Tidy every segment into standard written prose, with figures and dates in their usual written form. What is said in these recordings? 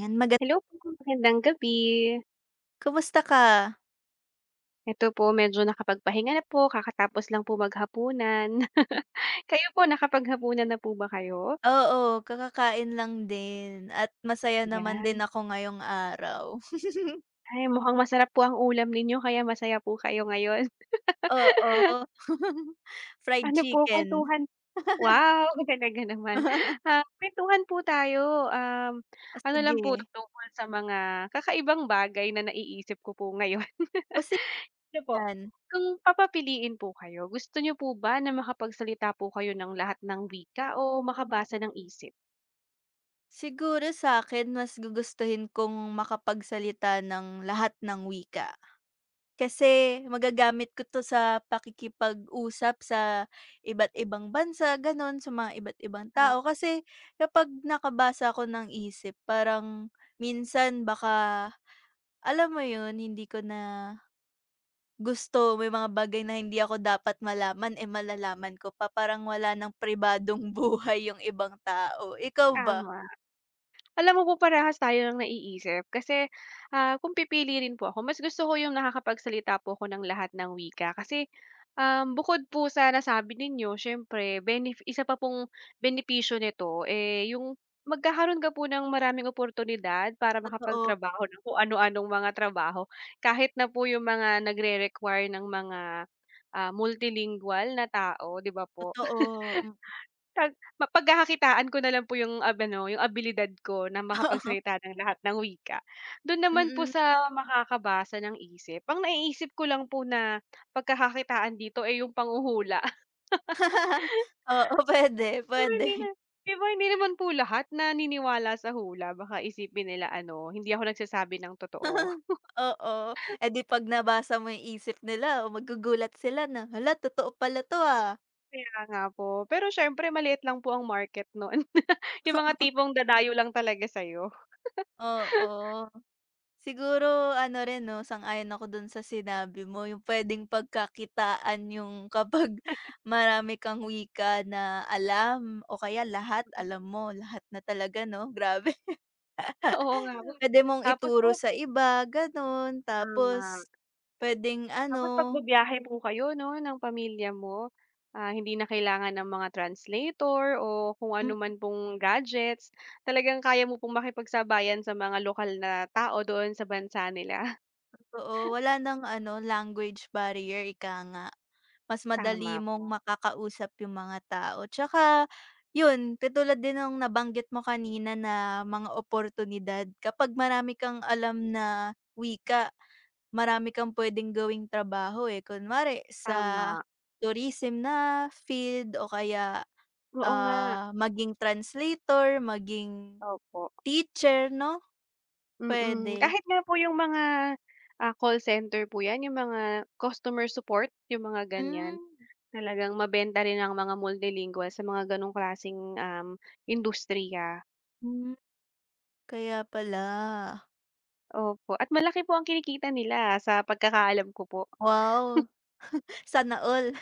Yan maga Hello po, magandang gabi. kumusta ka? Eto po medyo nakapagpahinga na po, kakatapos lang po maghapunan. Hmm. Kayo po nakapaghapunan na po ba kayo? Oo, kakakain lang din at masaya naman din Yan. ako ngayong araw. Ay, mukhang masarap po ang ulam ninyo kaya masaya po kayo ngayon. Oo. Fried Ano po chicken. kwentuhan, wow, talaga naman. Ah, kwentuhan po tayo, Oh, ano lang po sige. tungkol sa mga kakaibang bagay na naiisip ko po ngayon. O sige Ano po, yan. kung papapiliin po kayo, gusto niyo po ba na makapagsalita po kayo ng lahat ng wika o makabasa ng isip? Siguro sa'kin mas gugustuhin kong makapagsalita ng lahat ng wika. Kasi magagamit ko 'to sa pakikipag-usap sa iba't ibang bansa, gano'n, sa mga iba't ibang Ah, tao. Kasi kapag nakabasa ako ng isip parang minsan baka, alam mo 'yun, hindi ko na gusto may mga bagay na hindi ako dapat malaman, malalaman ko pa. Parang wala ng pribadong buhay yung ibang tao. Ikaw ba? tama. Alam mo po parehas tayo ng naiisip kasi, kung pipili rin po ako mas gusto ko yung nakakapagsalita po ako ng lahat ng wika kasi, bukod po sa nasabi ninyo siyempre isa pa pong benepisyo nito, eh, yung magkakaroon ka po ng maraming oportunidad para Totoo, makapagtrabaho ng kung ano-anong mga trabaho kahit na po yung mga nagre-require ng mga, multilingual na tao, 'di ba po? totoo, Pag pagkakakitaan ko na lang po yung ano, yung abilidad ko na hmm, oo. makapagsalita ng lahat ng wika. Dun naman po Mm. sa makakabasa ng isip, ang naiisip ko lang po na pagkakakitaan dito, ay yung panghuhula. Oo, puwede, Pero puwede. hindi na, 'di ba hindi naman po lahat naniniwala sa hula, baka isipin nila ano, hindi ako nagsasabi ng totoo. Oo, di 'pag nabasa mo yung isip nila o magugulat sila na, "Hala totoo pala 'to, ah." Kaya nga po. Pero siyempre maliit lang po ang market nun. Yung mga tipong dadayo lang talaga sa'yo. Oo, siguro ano rin 'no, sang-ayon ako dun sa sinabi mo yung puwedeng pagkakitaan yung kapag marami kang wika na alam o kaya lahat alam mo, lahat na talaga 'no, grabe. Oo nga po, eh. Puwede mong Tapos po. ituro sa iba gano'n, Tama. tapos puwedeng Tapos ano pagbibiyahe po kayo 'no, ng pamilya mo, hindi na kailangan ng mga translator o kung ano mm. man pong gadgets, talagang kaya mo pong makipagsabayan sa mga lokal na tao doon sa bansa nila. Oo, wala ng ano, language barrier, ika nga. Mas Tama madali po, mong makakausap yung mga tao. Tsaka yun, katulad din ng nabanggit mo kanina na mga oportunidad. Kapag marami kang alam na wika, marami kang puwedeng gawing trabaho, eh. Kunwari sa tama. tourism na field o kaya, Oo nga, ah, maging translator, maging opo, teacher 'no, mm. Mm. pwede. Kahit nga po yung mga, call center po 'yan, yung mga customer support, yung mga ganiyan, Hmm, talagang mabenta rin ang mga multilingual sa mga gano'ng klaseng, industriya. hmm, kaya pala. Opo, at malaki po ang kinikita nila sa pagkakaalam ko po. Wow, sana all.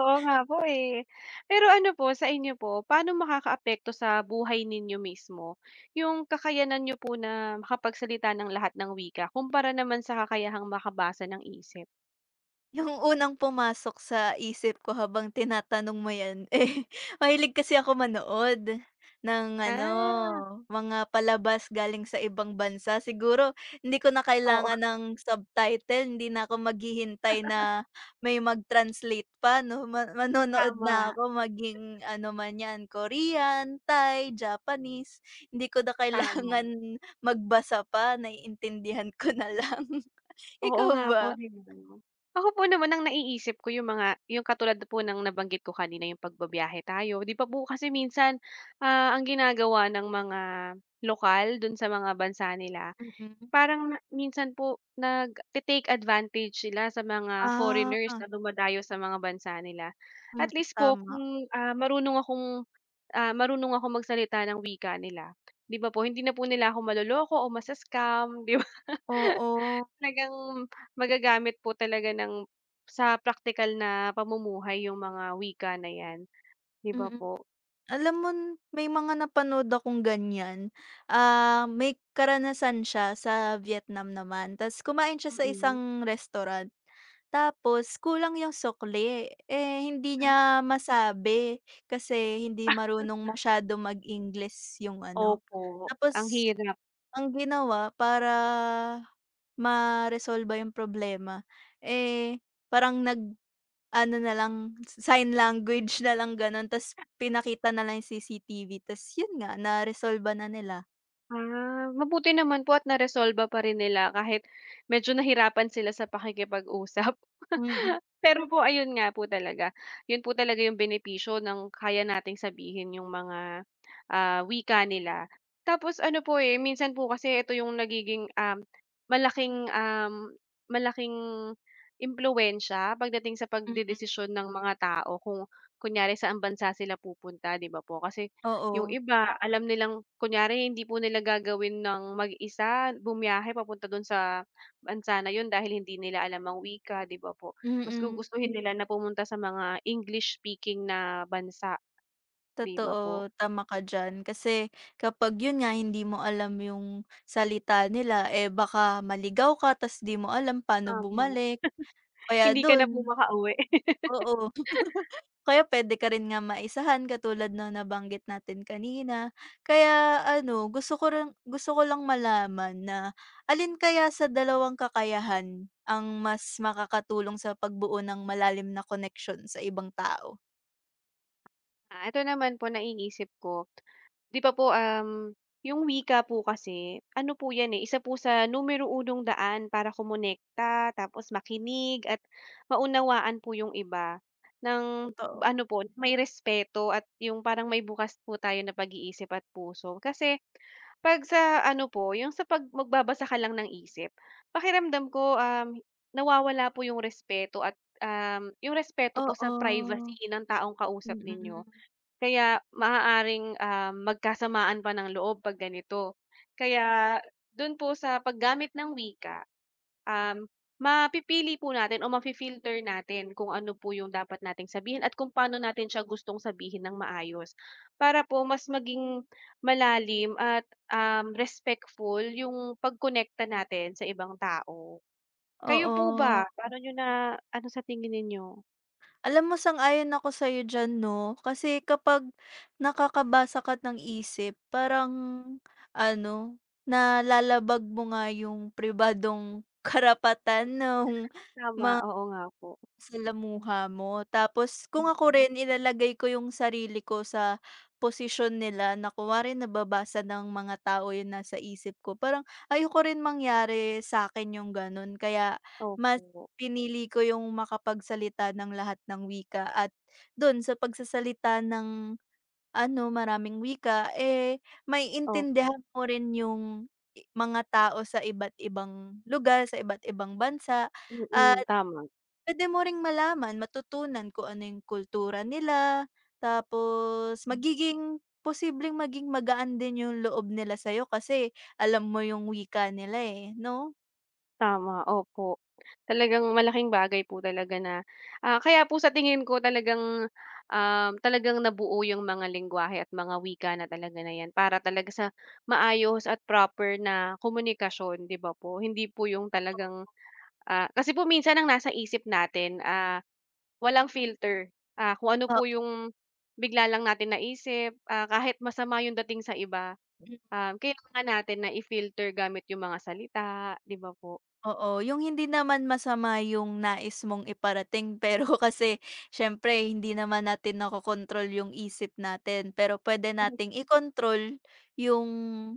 Oo nga po, eh. Pero ano po, sa inyo po, paano makakaapekto sa buhay ninyo mismo yung kakayanan niyo po na makapagsalita ng lahat ng wika kumpara naman sa kakayahang makabasa ng isip? Yung unang pumasok sa isip ko habang tinatanong mo 'yan, mahilig kasi ako manood ng ano, Ah, mga palabas galing sa ibang bansa. Siguro hindi ko na oo, kailangan ng subtitle, hindi na ako maghihintay na may mag-translate pa 'no, ma manonood na tama, ako maging ano man 'yan, Korean, Thai, Japanese. Hindi ko na kailangan tama. magbasa pa, naiintindihan ko na lang. Oo Ikaw nga po, ba? 'di ba? Ako po naman, ang naiisip ko yung yung katulad po ng nabanggit ko kanina, yung pagbibiyahe tayo. 'Di ba po kasi minsan, ang ginagawa ng mga lokal dun sa mga bansa nila, Mm. parang na minsan po nag take advantage sila sa mga Ah, foreigners na dumadayo sa mga bansa nila. mm, At least po tama. kung, marunong ako magsalita ng wika nila, 'di ba po hindi na po nila ako maloloko o masascam, 'di ba? Oo, Talagang magagamit po talaga sa praktikal na pamumuhay yung mga wika na 'yan, 'di ba mm. po? Alam mo may mga napanood akong ganyan, ah, may karanasan siya sa Vietnam naman ta's kumain siya sa Mm. isang restaurant. Tapos kulang yung sukli, hindi Ah, niya masabi kasi hindi marunong masyado mag-English yung ano. opo, ang Tapos hirap. ang ginawa para maresolba yung problema, eh, parang nag-ano na lang, sign language na lang gano'n ta's pinakita na lang yung CCTV ta's yun nga naresolba na nila. Ah, mabuti naman po at naresolba pa rin nila kahit medyo nahirapan sila sa pakikipag-usap. Mm, Pero po ayun nga po talaga, yun po talaga yung benepisyo ng kaya nating sabihin yung mga, wika nila. Tapos ano po, eh, minsan po kasi ito yung nagiging, malaking, um, malaking impluwensiya pagdating sa mm, pagdedesisyon ng mga tao kung kunyari saang bansa sila pupunta, 'di ba po? Kasi yung oo, iba alam nilang kunyari hindi po nila gagawin ng mag-isa, bumiyahe papunta dun sa bansa na yun dahil hindi nila alam ang wika, 'di ba po? Mas mm. gugustuhin nila na pumunta sa mga English speaking na bansa, 'di ba po? Totoo, tama ka diyan. Kasi kapag yun nga hindi mo alam yung salita nila, baka maligaw ka ta's 'di mo alam paano Tama, bumalik, kaya hindi ka na dun po makauwi. oo. Kaya puwede ka rin nga maisahan katulad ng nabanggit natin kanina. Kaya ano, gusto ko rin gusto ko lang malaman na alin kaya sa dalawang kakayahan ang mas makakatulong sa pagbuo ng malalim na connection sa ibang tao? Ah, ito naman po naiisip ko. 'Di ba po, yung wika po kasi ano po 'yan, eh, isa po sa numero unong daan para kumonekta, tapos makinig at maunawaan po yung iba, ng Totoo. ano po, may respeto at yung parang may bukas po tayo na pag-iisip at puso. Kasi 'pag sa ano po, yung sa 'pag magbabasa ka lang ng isip, pakiramdam ko, nawawala po yung respeto at, yung respeto po Oo, sa privacy ng taong kausap ninyo. mm. Kaya maaaring, magkasamaan pa ng loob 'pag ganito. Kaya do'n po sa paggamit ng wika, um, mapipili po natin o mafi-filter natin kung ano po yung dapat nating sabihin at kung paano natin siya gustong sabihin ng maayos. Para po mas maging malalim at, respectful yung pagkonekta natin sa ibang tao. Kayo po Oo. ba, paano niyo, na ano sa tingin ninyo? Alam mo sang-ayon ako sa'yo diyan 'no, kasi kapag nakakabasa ka ng isip parang ano, nalalabag mo nga yung pribadong karapatan ng Tama, mga oo nga po. Salamuha mo tapos Mm, kung ako mm. rin ilalagay ko yung sarili ko sa posisyon nila na kunwari nababasa ng mga tao yung nasa isip ko parang ayoko rin mangyari sa akin yung gano'n kaya mas Opo, pinili ko yung makapagsalita ng lahat ng wika at do'n sa pagsasalita ng ano, maraming wika, may opo. intindihan mo rin yung mga tao sa iba't ibang lugar, sa iba't ibang bansa. Mm, tama, Puwede mo ring malaman, matutunan kung ano yung kultura nila, tapos magiging posibleng maging magaan din yung loob nila sa'yo kasi alam mo yung wika nila, 'no? tama, opo. Talagang malaking bagay po talaga na, kaya po sa tingin ko talagang nabuo yung mga lengguwahe at mga wika na talaga na yan para talaga sa maayos at proper na komunikasyon, 'di ba po? Hindi po yung talagang, kasi po minsan ang nasa isip natin, walang filter, kung ano po Oo. yung bigla lang natin naisip, kahit masama yung dating sa iba. Mm, Kailangan natin na i-filter gamit yung mga salita, 'di ba po? oo, yung hindi naman masama yung nais mong iparating pero kasi siyempre hindi naman natin nakokontrol yung isip natin, pero puwede nating control yung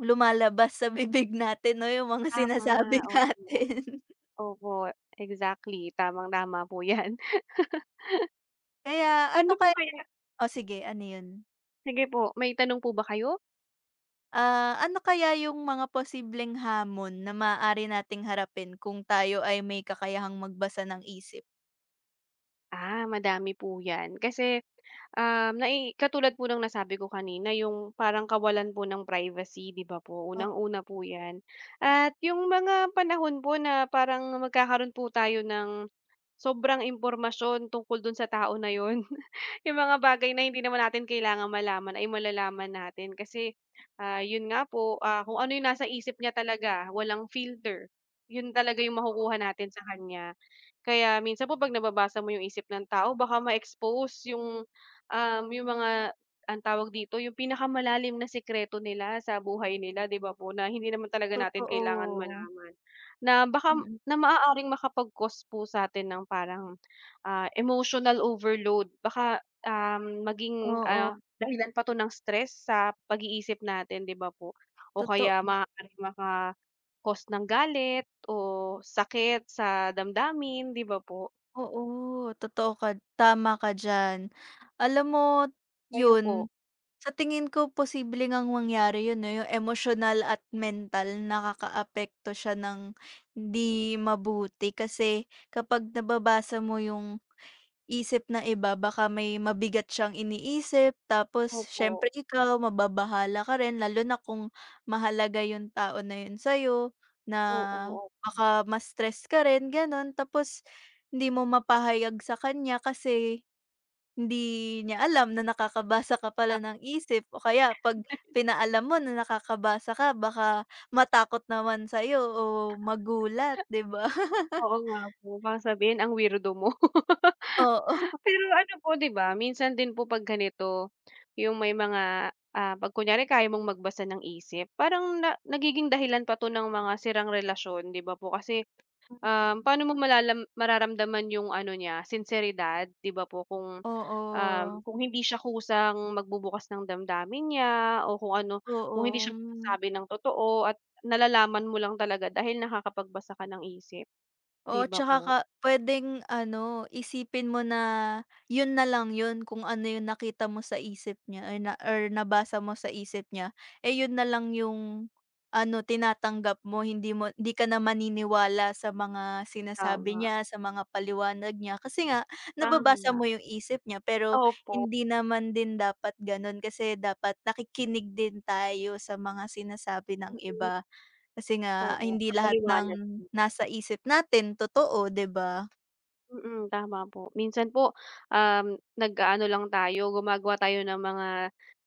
lumalabas sa bibig natin 'no, yung mga Tama, sinasabi opo. natin. Opo, exactly, tamang-tama po 'yan. Kaya Ano ano po kaya kaya O sige, ano yun? Sige po, may tanong po ba kayo? Ah, ano kaya yung mga posibleng hamon na maaari nating harapin kung tayo ay may kakayahang magbasa ng isip? Ah, madami po 'yan. Kasi, Um, nai katulad po ng nasabi ko kanina yung parang kawalan po ng privacy, 'di ba po, unang-una po 'yan. At yung mga panahon po na parang magkakaroon po tayo ng sobrang impormasyon tungkol dun sa tao na yun. Yung mga bagay na hindi naman natin kailangan malaman ay malalaman natin kasi, yun nga po, kung ano yung nasa isip niya talaga walang filter, yun talaga yung Oo, makukuha natin sa kanya. Kaya minsan po 'pag nababasa mo yung isip ng tao baka ma-expose yung, yung mga, ang tawag dito, yung pinakamalalim na sikreto nila sa buhay nila, 'di ba po, na hindi naman talaga natin kailangan totoo. malaman. Na baka Mm. na maaaring makapag-cause po sa'tin ng parang, emotional overload. Baka, maging, Oo, dahilan pa 'to ng stress sa pag-iisip natin, 'di ba po? O totoo kaya maaaring maka-cause ng galit o sakit sa damdamin, 'di ba po? oo, totoo ka tama ka diyan. Alam mo, Kayo yun, po? sa tingin ko posible ngang mangyari yun 'no, yung emotional at mental nakakaapekto siya ng hindi mabuti kasi kapag nababasa mo yung Isip na iba baka may mabigat siyang iniisip tapos Opo, siyempre ikaw mababahala ka rin lalo na kung mahalaga yung tao na yun sa'yo na oo. baka ma-stress ka rin gano'n tapos hindi mo mapahayag sa kanya kasi hindi niya alam na nakakabasa ka pala ng isip o kaya 'pag pinaalam mo na nakakabasa ka baka matakot naman sa'yo o magulat, 'di ba? Oo nga po, baka sabihin ang weirdo mo. Oo. Pero ano po, 'di ba, minsan din po 'pag ganito, yung may mga, 'pag kunyari kaya mong magbasa ng isip, parang na nagiging dahilan pa 'to ng mga sirang relasyon, 'di ba po kasi, paano mo malalam mararamdaman yung ano niya, sinseridad, 'di ba po kung, Oo. kung hindi siya kusang magbubukas ng damdamin niya o kung ano, kung hindi Oo, siya hmm. nagsasabi ng totoo at nalalaman mo lang talaga dahil nakakapagbasa ka ng isip, 'di Oo, ba tsaka ka po? puwedeng ano, isipin mo na yun na lang yun kung ano yung nakita mo sa isip niya or na or nabasa mo sa isip niya, yun na lang yung ano, tinatanggap mo hindi ka na maniniwala sa mga sinasabi Tama. niya, sa mga paliwanag niya kasi nga nababasa Tama, mo yung isip niya pero opo, hindi naman din dapat gano'n kasi dapat nakikinig din tayo sa mga sinasabi ng mm, iba. Kasi nga oo, hindi lahat ng napaliwanag. nasa isip natin totoo, 'di ba? Mm, tama po. Minsan po, um, nag-aano lang tayo, gumagawa tayo ng mga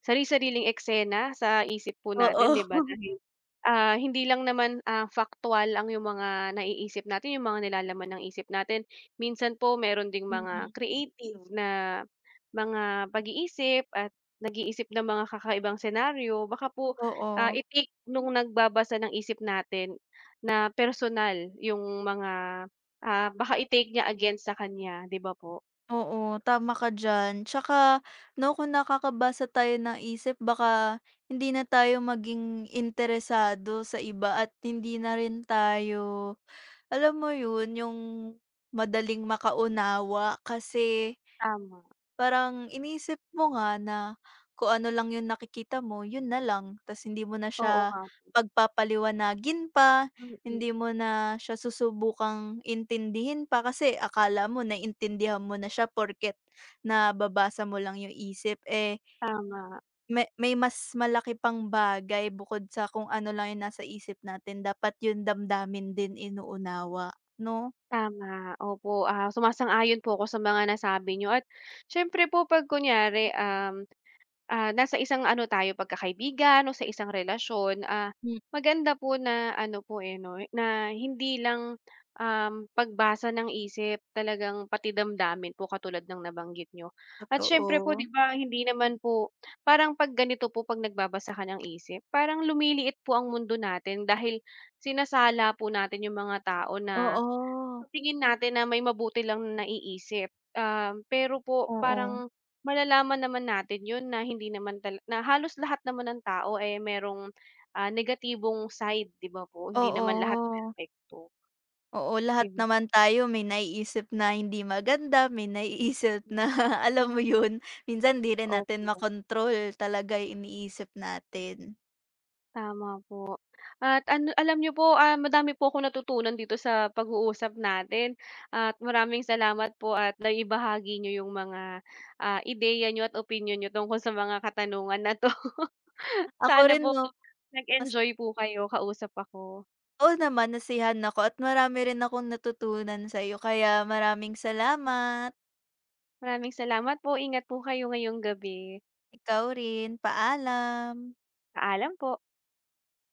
sari-sariling eksena sa isip po Oo. natin, 'di ba? Dahil, hindi lang naman, factual ang yung mga naiisip natin, yung mga nilalaman ng isip natin. Minsan po meron ding mga Mm, creative na mga pag-iisip at nag-iisip ng mga kakaibang senaryo. Baka po, ah, oo. i nung nagbabasa ng isip natin na personal yung mga, baka i-take niya against sa kanya, 'di ba po? Oo, tama ka diyan. Tsaka 'no, kung nakakabasa tayo ng isip baka hindi na tayo maging interesado sa iba at hindi na rin tayo, alam mo 'yun, yung madaling makaunawa kasi Tama, parang iniisip mo nga na kung ano lang yung nakikita mo, yun na lang. Tas hindi mo na oo siya nga, pagpapaliwanagin pa, mm, hindi mo na siya susubukang intindihin pa kasi akala mo naintindihan mo na siya porket nababasa mo lang yung isip. Eh, tama, may mas malaki pang bagay bukod sa kung ano lang yung nasa isip natin. Dapat yung damdamin din inuunawa, no? tama, opo, sumasang-ayon po ako sa mga nasabi niyo, at siyempre po 'pag kunyari, ah, nasa isang ano tayo pagkakaibigan o sa isang relasyon, Hmm. maganda po na ano po, eh, 'no, na hindi lang, pagbasa ng isip talagang pati damdamin po, katulad ng nabanggit nyo. At siyempre po Totoo. 'di ba hindi naman po, parang 'pag ganito po 'pag nagbabasa ka ng isip parang lumiliit po ang mundo natin dahil sinasala po natin yung mga tao na sa Oo. tingin natin na may mabuti lang na naiisip, pero po parang Oo. malalaman naman natin yun na hindi naman tala na halos lahat naman ng tao, eh, merong, negatibong side, 'di ba po? Hindi Oo. naman lahat Oo. perpekto, Oo, 'di lahat ba? naman tayo may naiisip na hindi maganda, may naiisip na alam mo yun, minsan di rin natin Opo, makontrol talaga yung iniisip natin. tama po. At ano alam niyo po, madami po akong natutunan dito sa pag-uusap natin, at maraming salamat po at naibahagi niyo yung mga, ideya niyo at opinyon niyo tungkol sa mga katanungan na 'to. Ako Sana rin po 'no, mas nag-enjoy po kayo, kausap ako. oo naman nasiyahan ako at marami rin akong natutunan sa'yo kaya maraming salamat. Maraming salamat po, ingat po kayo ngayong gabi. Ikaw rin, paalam. Paalam po.